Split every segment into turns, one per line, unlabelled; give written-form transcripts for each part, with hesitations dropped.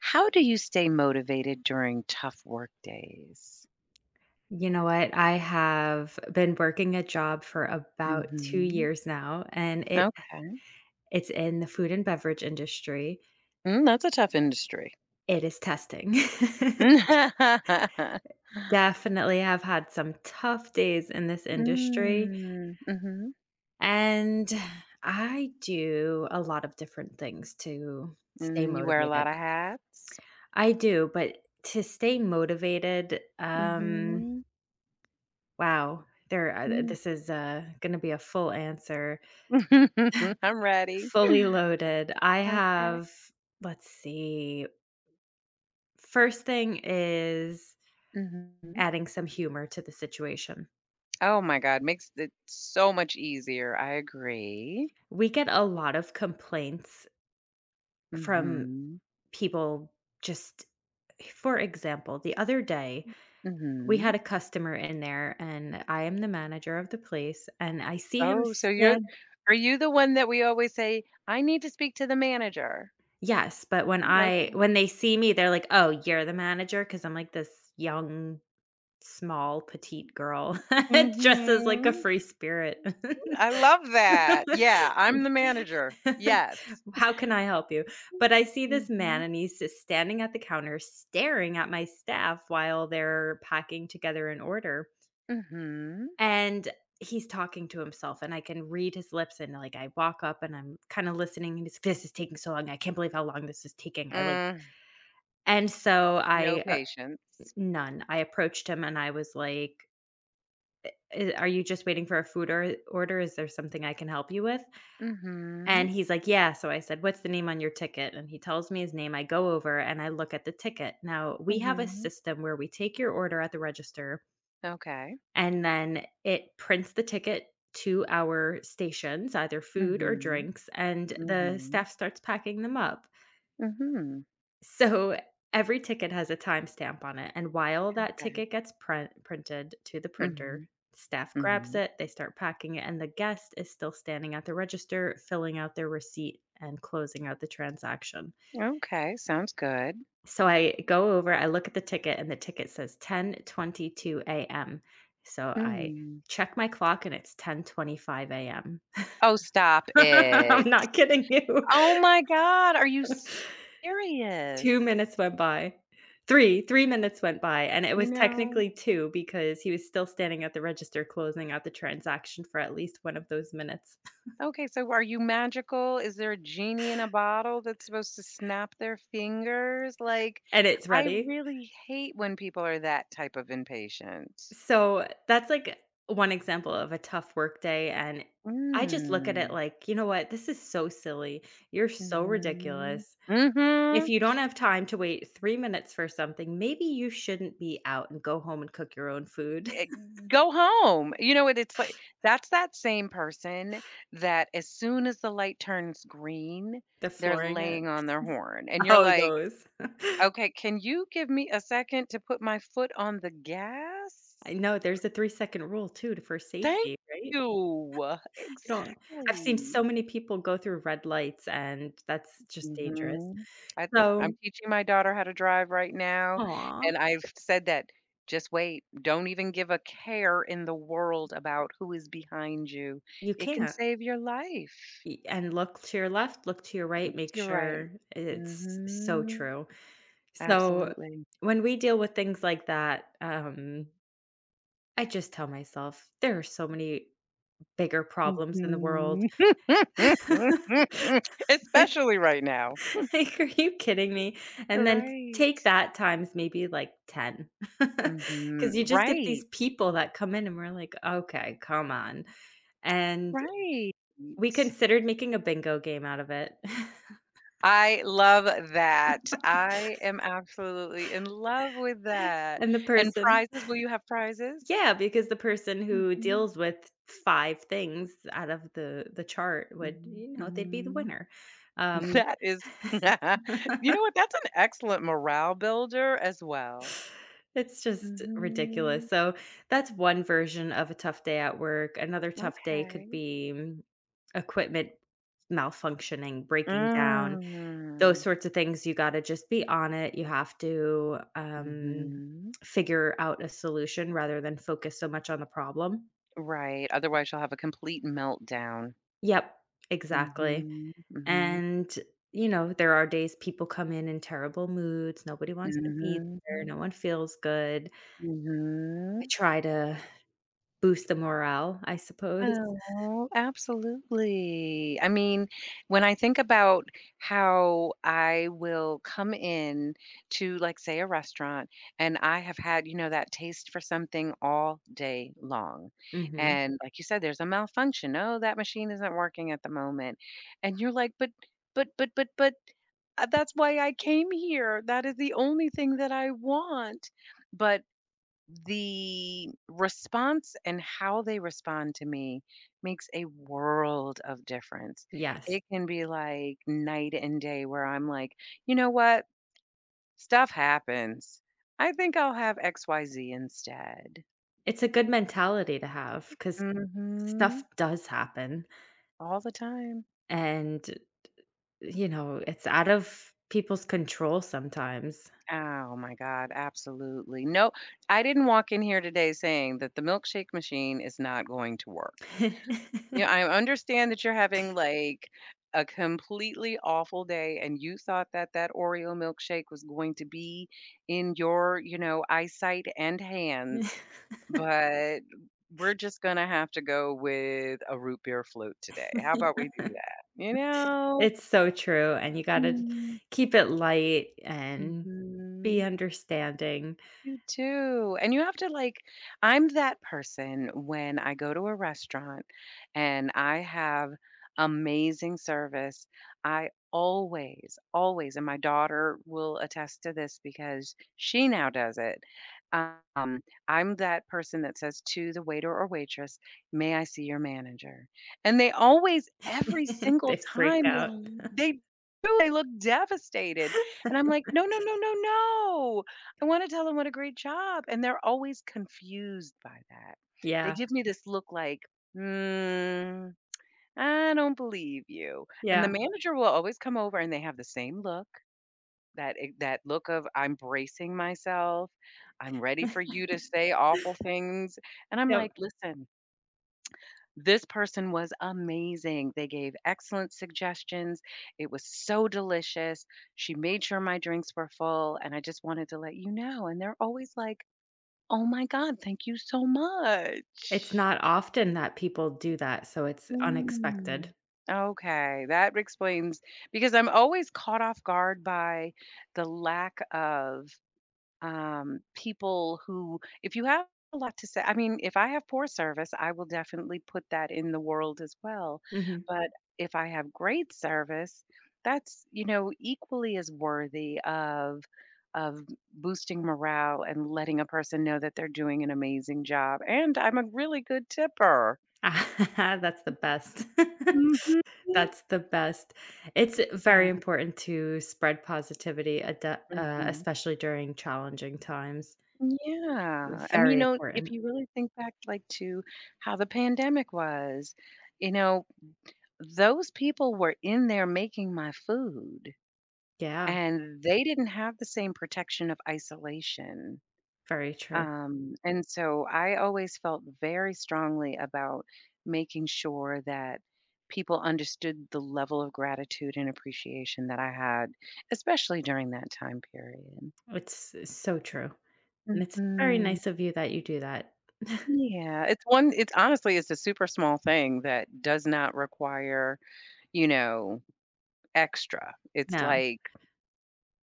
How do you stay motivated during tough work days?
You know what? I have been working a job for about 2
Mhm.
years now, and it
Okay.
it's in the food and beverage industry.
Mm, that's a tough industry.
It is testing.
mm-hmm.
Definitely have had some tough days in this industry,
Mm. Mhm.
and I do a lot of different things to stay
Mm, you wear a
motivated.
lot of hats.
I do, but to stay motivated,
Mhm.
this is gonna be a full answer.
I'm ready.
Fully loaded. I
Okay.
have let's see. First thing is
Mhm.
adding some humor to the situation.
Oh my god, makes it so much easier, I agree.
We get a lot of complaints from
Mhm.
people just for example, the other day, we had
Mhm.
a customer in there and I am the manager of the place and I see him
Oh, so you're
stand.
are you the one that we always say, "I need to speak to the manager?"
Yes, but when I
Okay.
when they see me, they're like, "Oh, you're the manager, because 'Cause I'm like this young, small, petite girl." Dresses like a
Mhm.
free spirit.
I love that. Yeah, I'm the manager. Yes.
"How can I help you?" But I see this man,
Mhm.
and he's just standing at the counter staring at my staff while they're packing together an order,
Mhm.
and he's talking to himself, and I can read his lips, and, like, I walk up, and I'm kinda listening, and he's, "This is taking so long. I can't believe how long this is taking." I, like,
Mm,
and so
no
I, uh
patience.
none. I approached him, and I was like, I "Are you just waiting for a food or order? Is there something I can help you with?" And
Mhm.
he's like, "Yeah." So I said, "What's the name on your ticket?" And he tells me his name. I go over and I look at the ticket. Now, we have a
Mhm.
system where we take your order at the register
Okay.
and then it prints the ticket to our stations, either food or
Mhm.
drinks, and the
Mhm.
staff starts packing them up.
Mhm.
So every ticket has a timestamp on it, and while that
Okay.
ticket gets printed to the printer,
Mhm.
staff grabs
Mhm.
it, they start packing it, and the guest is still standing at the register, filling out their receipt and closing out the transaction.
Okay, sounds good.
So I go over, I look at the ticket, and the ticket says 10:22 a.m. So I
Mm.
check my clock and it's 10:25 a.m.
Oh, stop
I'm
it.
not kidding you.
Oh my god, are you
2
serious?
minutes went by. 3 minutes went by, and it
You
was
know?
technically 2 because he was still standing at the register closing out the transaction for at least 1 of those minutes.
Okay, so are you magical? Is there a genie in a bottle that's supposed to snap their fingers? Like,
And it's
I
ready.
really hate when people are that type of impatient.
So, that's, like, one example of a tough workday, and I just look at it
Mm.
like, "You know what? This is so silly. You're so
Mhm.
ridiculous. If
Mhm.
you don't have time to wait 3 minutes for something, maybe you shouldn't be out and go home and cook your own food."
Eh, go home. You know what? It's like that's that same person that as soon as the light turns green,
They're
they're
flooring it.
laying on their horn, and you're
Oh,
like,
those.
"Okay, can you give me a second to put my foot on the
I
gas?"
know there's a 3-second rule too to for
Thank
safety, right?
you.
You don't I've seen
Exactly.
so many people go through red lights, and that's just dangerous.
Mhm. I'm
So
teaching my daughter how to drive right now,
aw,
and I've said that, "Just wait, don't even give a care in the world about who is behind you.
you
It can
can't.
save your life."
Y and look to your left, look to your right, make
You're right.
sure it's so
Mhm.
true. So,
Absolutely.
when we deal with things like that, I just tell myself, "There are so many bigger problems in the world."
Mhm. Especially right now.
Like, are you kidding me? And then
Right.
take that times maybe, like, ten, because
Mhm.
you just get these
Right.
people that come in and we're like, "Okay, come on." And
Right.
we considered making a bingo game out of it.
I love that. I am absolutely in love with that.
And the
And
person
prizes, will you have prizes?
yeah, because the person who
Mhm,
deals with 5 things out of the chart would,
mhm,
you know, they'd be the
mhm.
winner. Um,
That is You know what? That's an excellent morale builder as well.
it's just ridiculous.
Mhm.
So that's one version of a tough day at work. Another tough day could
Okay.
be equipment malfunctioning, breaking down, those
Mm.
sorts of things. You got to just be on it. You have to
Mhm.
figure out a solution rather than focus so much on the problem.
Right, otherwise you'll have a complete meltdown.
Yep, exactly.
Mhm, mhm,
And, you know, there are days people come in terrible moods. Nobody wants to be
mhm,
there. No one feels good. I
mhm.
try to boost the morale, I suppose.
Oh, absolutely. I mean, when I think about how I will come in to, like, say, a restaurant, and I have had, you know, that taste for something all day long,
Mhm.
and like you said, there's a malfunction, "Oh, that machine isn't working at the moment," and you're like, "But but but but but, that's why I came here. That is the only thing that I want." But the response and how they respond to me makes a world of difference.
Yes.
It can be like night and day where I'm like, "You know what? Stuff happens. I think I'll have XYZ instead."
It's a good mentality to have because stuff
Mhm.
does happen,
All the time.
and, you know, it's out of people's control sometimes.
Oh my god, absolutely. No, I didn't walk in here today saying that the milkshake machine is not going to work. Yeah, I understand that you're having like a completely awful day and you thought that that Oreo milkshake was going to be in your, you know, eyesight and hands, but we're just going to have to go with a root beer float today. How about we do that? You know?
It's so true, and you gotta keep it light and be
Mhm.
understanding.
You do, and you have to like I'm that person when I go to a restaurant and I have amazing service, I always, always, and my daughter will attest to this because she now does it. Um, I'm that person that says to the waiter or waitress, "May I see your manager?" And they always, every
They
single
freak
time, they
out.
they do, they look devastated, and I'm like, "No, no, no, no, no!" I wanna tell them what a great job, and they're always confused by that. They
Yeah,
give me this look like, "Mm, I don't believe you," and
yeah.
the manager will always come over and they have the same look, that look of, "I'm bracing myself, I'm ready for you to say awful things," and I'm
Yep.
like, "Listen, this person was amazing. They gave excellent suggestions. It was so delicious. She made sure my drinks were full, and I just wanted to let you know," and they're always like, oh my god, thank you so much.
It's not often that people do that, so it's
Mm.
unexpected.
Okay, that explains because I'm always caught off guard by the lack of people who, if you have a lot to say, I mean, if I have poor service, I will definitely put that in the world as well.
Mhm.
But if I have great service, that's, you know, equally as worthy of of boosting morale and letting a person know that they're doing an amazing job. And I'm a really good tipper.
That's the best.
Mhm.
That's the best. It's
Yeah,
very important to spread positivity, ad
mhm.
especially during challenging times.
Yeah. I mean, you
Very
know, if
important.
you really think back like to how the pandemic was, you know, those people were in there making my food,
Yeah,
and they didn't have the same protection of isolation,
very true.
and so I always felt very strongly about making sure that people understood the level of gratitude and appreciation that I had, especially during that time period.
It's so true, and it's very
Mhm.
nice of you that you do that.
Yeah, it's honestly, it's a super small thing that does not require, you know, extra. It's
No,
like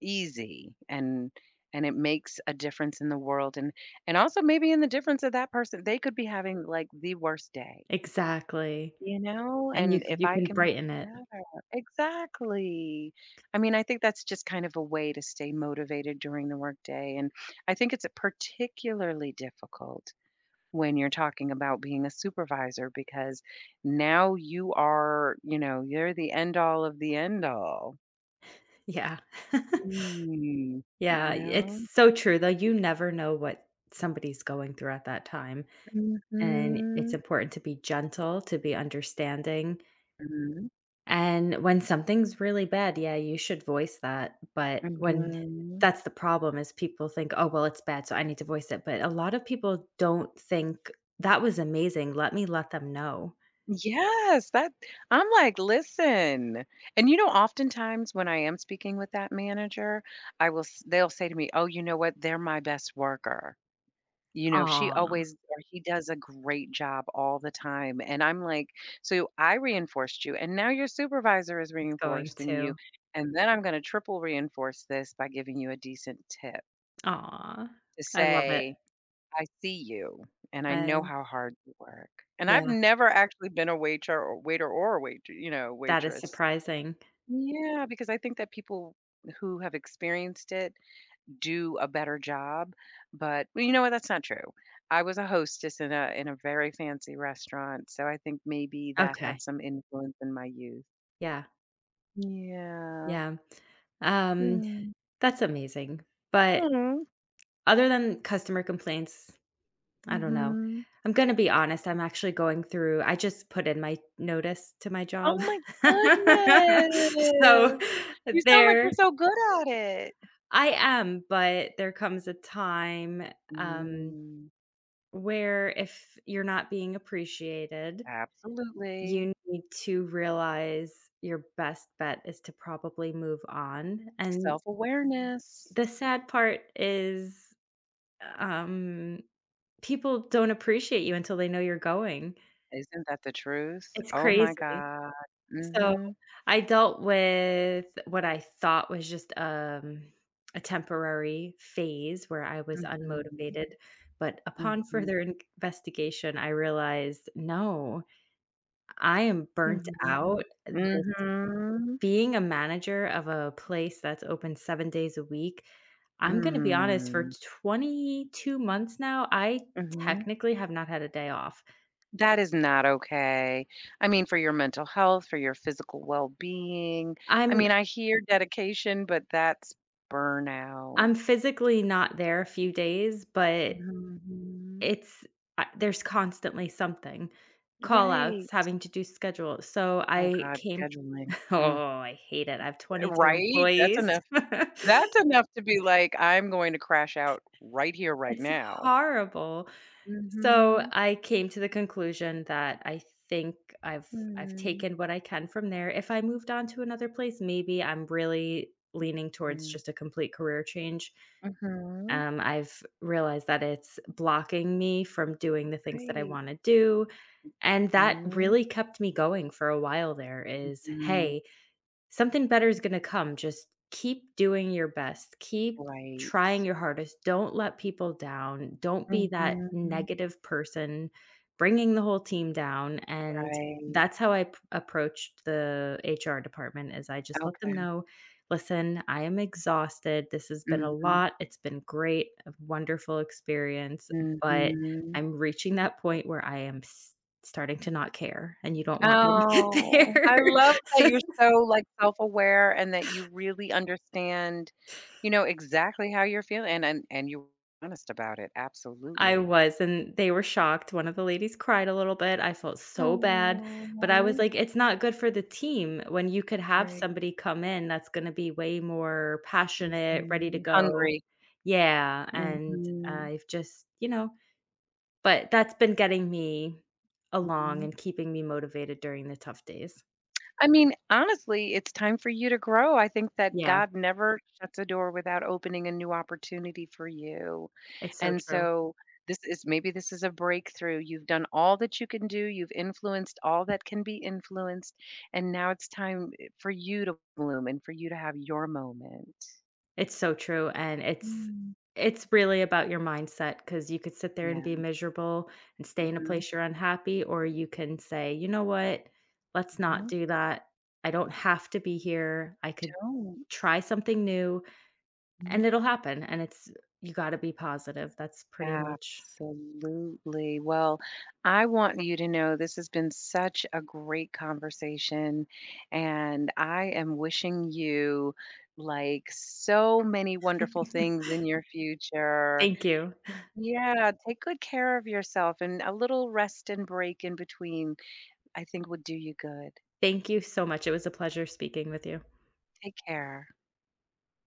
easy, and it makes a difference in the world and also maybe in the difference of that person, they could be having, like, the worst day,
exactly,
you know,
and
and if
you
I
can
can make
brighten
it
it.
better. Exactly. I mean, I think that's just kind of a way to stay motivated during the workday, and I think it's particularly difficult when you're talking about being a supervisor because now you are, you know, you're the end all of the end all.
Yeah.
Mm, you
Yeah, it's
know?
so true, though, you never know what somebody's going through at that time, and it's
Mhm.
important to be gentle, to be understanding.
Mhm,
And when something's really bad, yeah, you should voice that, but when
mhm.
that's the problem is people think, "Oh, well, it's bad, so I need to voice it," but a lot of people don't think, "That was amazing, let me let them know."
Yes, that I'm like, "Listen," and, you know, oftentimes when I am speaking with that manager, I will s they'll say to me, "Oh, you know what? They're my best worker." You know, "She
Aw,
always or he does a great job all the time," and I'm like, "So I reinforced you, and now your supervisor is
it's going
reinforcing
to.
you, and then I'm gonna triple reinforce this by giving you a decent tip
Aw,
to
I love it.
say, I see you, and I
I
know how hard you work." And I've
yeah,
never actually been a waiter or waiter or a wait you know,
that is
waitress.
surprising.
Yeah, because I think that people who have experienced it do a better job, but well, you know what? That's not true. I was a hostess in a very fancy restaurant, so I think maybe that
Okay,
had some influence in my youth.
yeah,
Yeah.
yeah. Um,
Mm.
that's amazing, but
Aw.
other than customer complaints I don't know.
Mhm.
I'm gonna be honest, I'm actually going through I just put in my notice to my
Oh
job.
my
So,
goodness. You sound like you're
there
so good at it.
I am, but there comes a time, um,
Mm,
where if you're not being appreciated,
absolutely.
you need to realize your best bet is to probably move on, and
Self-awareness.
the sad part is, um, people don't appreciate you until they know you're going.
Isn't that the truth?
It's
Oh my
crazy.
god.
So,
Mhm.
I dealt with what I thought was just, a temporary phase where I was
Mhm.
unmotivated, but upon
Mhm.
further investigation, I realized, "No, I am burnt
Mhm.
out." This
Mhm.
being a manager of a place that's open 7 days a week, I'm gonna be honest, for
Mm.
22 months now, I
Mhm.
technically have not had a day off.
That is not okay. I mean, for your mental health, for your physical well-being. I
I'm
mean, I hear dedication, but that's burnout.
I'm physically not there a few days, but
Mhm.
it's there's constantly something. Call-outs,
Right.
having to do schedule. So
Oh
I
god,
came
scheduling.
oh,
Mm.
I hate it. I have 22
Right?
employees.
That's enough to be like, "I'm going to crash out right here, right
It's
now."
horrible.
Mm.
So
Mhm.
I came to the conclusion that I think I've I've
Mm.
taken what I can from there. If I moved on to another place, maybe I'm really leaning towards
Mm.
just a complete career change.
Mhm.
I've realized that it's blocking me from doing the things that I
Right.
wanna do. And that
Mm.
really kept me going for a while there is,
Mhm.
"Hey, something better is going to come. Just keep doing your best. Keep
Right.
trying your hardest. Don't let people down. Don't be
Mm.
that
Mhm.
negative person bringing the whole team down. And
Right.
that's how I approached the HR department is I just let them
Okay.
know, listen, I am exhausted. This has been a
Mhm.
lot. It's been great, a wonderful experience, but
Mhm.
I'm reaching that point where I am starting to not care and you don't want me to get
Oh,
there."
I love that you're so, like, self-aware and that you really understand, you know, exactly how you're feeling and and you're honest about it,
I
absolutely.
was, and they were shocked. One of the ladies cried a little bit. I felt so bad, but I was
Oh,
like, it's not good for the team when you could have
right.
somebody come in that's gonna be way more passionate, ready to
Mhm.
go.
Hungry.
Yeah, and
Mhm,
I've just you know, but that's been getting me along
mhm.
and keeping me motivated during the tough days.
I mean, honestly, it's time for you to grow. I think that
Yeah,
God never shuts a door without opening a new opportunity for you,
it's so
and
true.
so this is maybe this is a breakthrough. You've done all that you can do, you've influenced all that can be influenced, and now it's time, eh, for you to bloom and for you to have your moment.
It's so true, and
Mm.
it's really about your mindset because you could sit there and be
Yeah.
miserable and stay in a
Mhm.
place you're unhappy, or you can say, "You know what? Let's not
Mhm.
do that. I don't have to be here. I could
Don't.
try something new, and
Mhm.
it'll happen." And it's you gotta be positive. That's pretty much
Absolutely. Well, I want you to know this has been such a great conversation, and I am wishing you like so many wonderful things in your future.
thank you.
Yeah, take good care of yourself, and a little rest and break in between, I think, would do you good.
Thank you so much. It was a pleasure speaking with you.
Take care.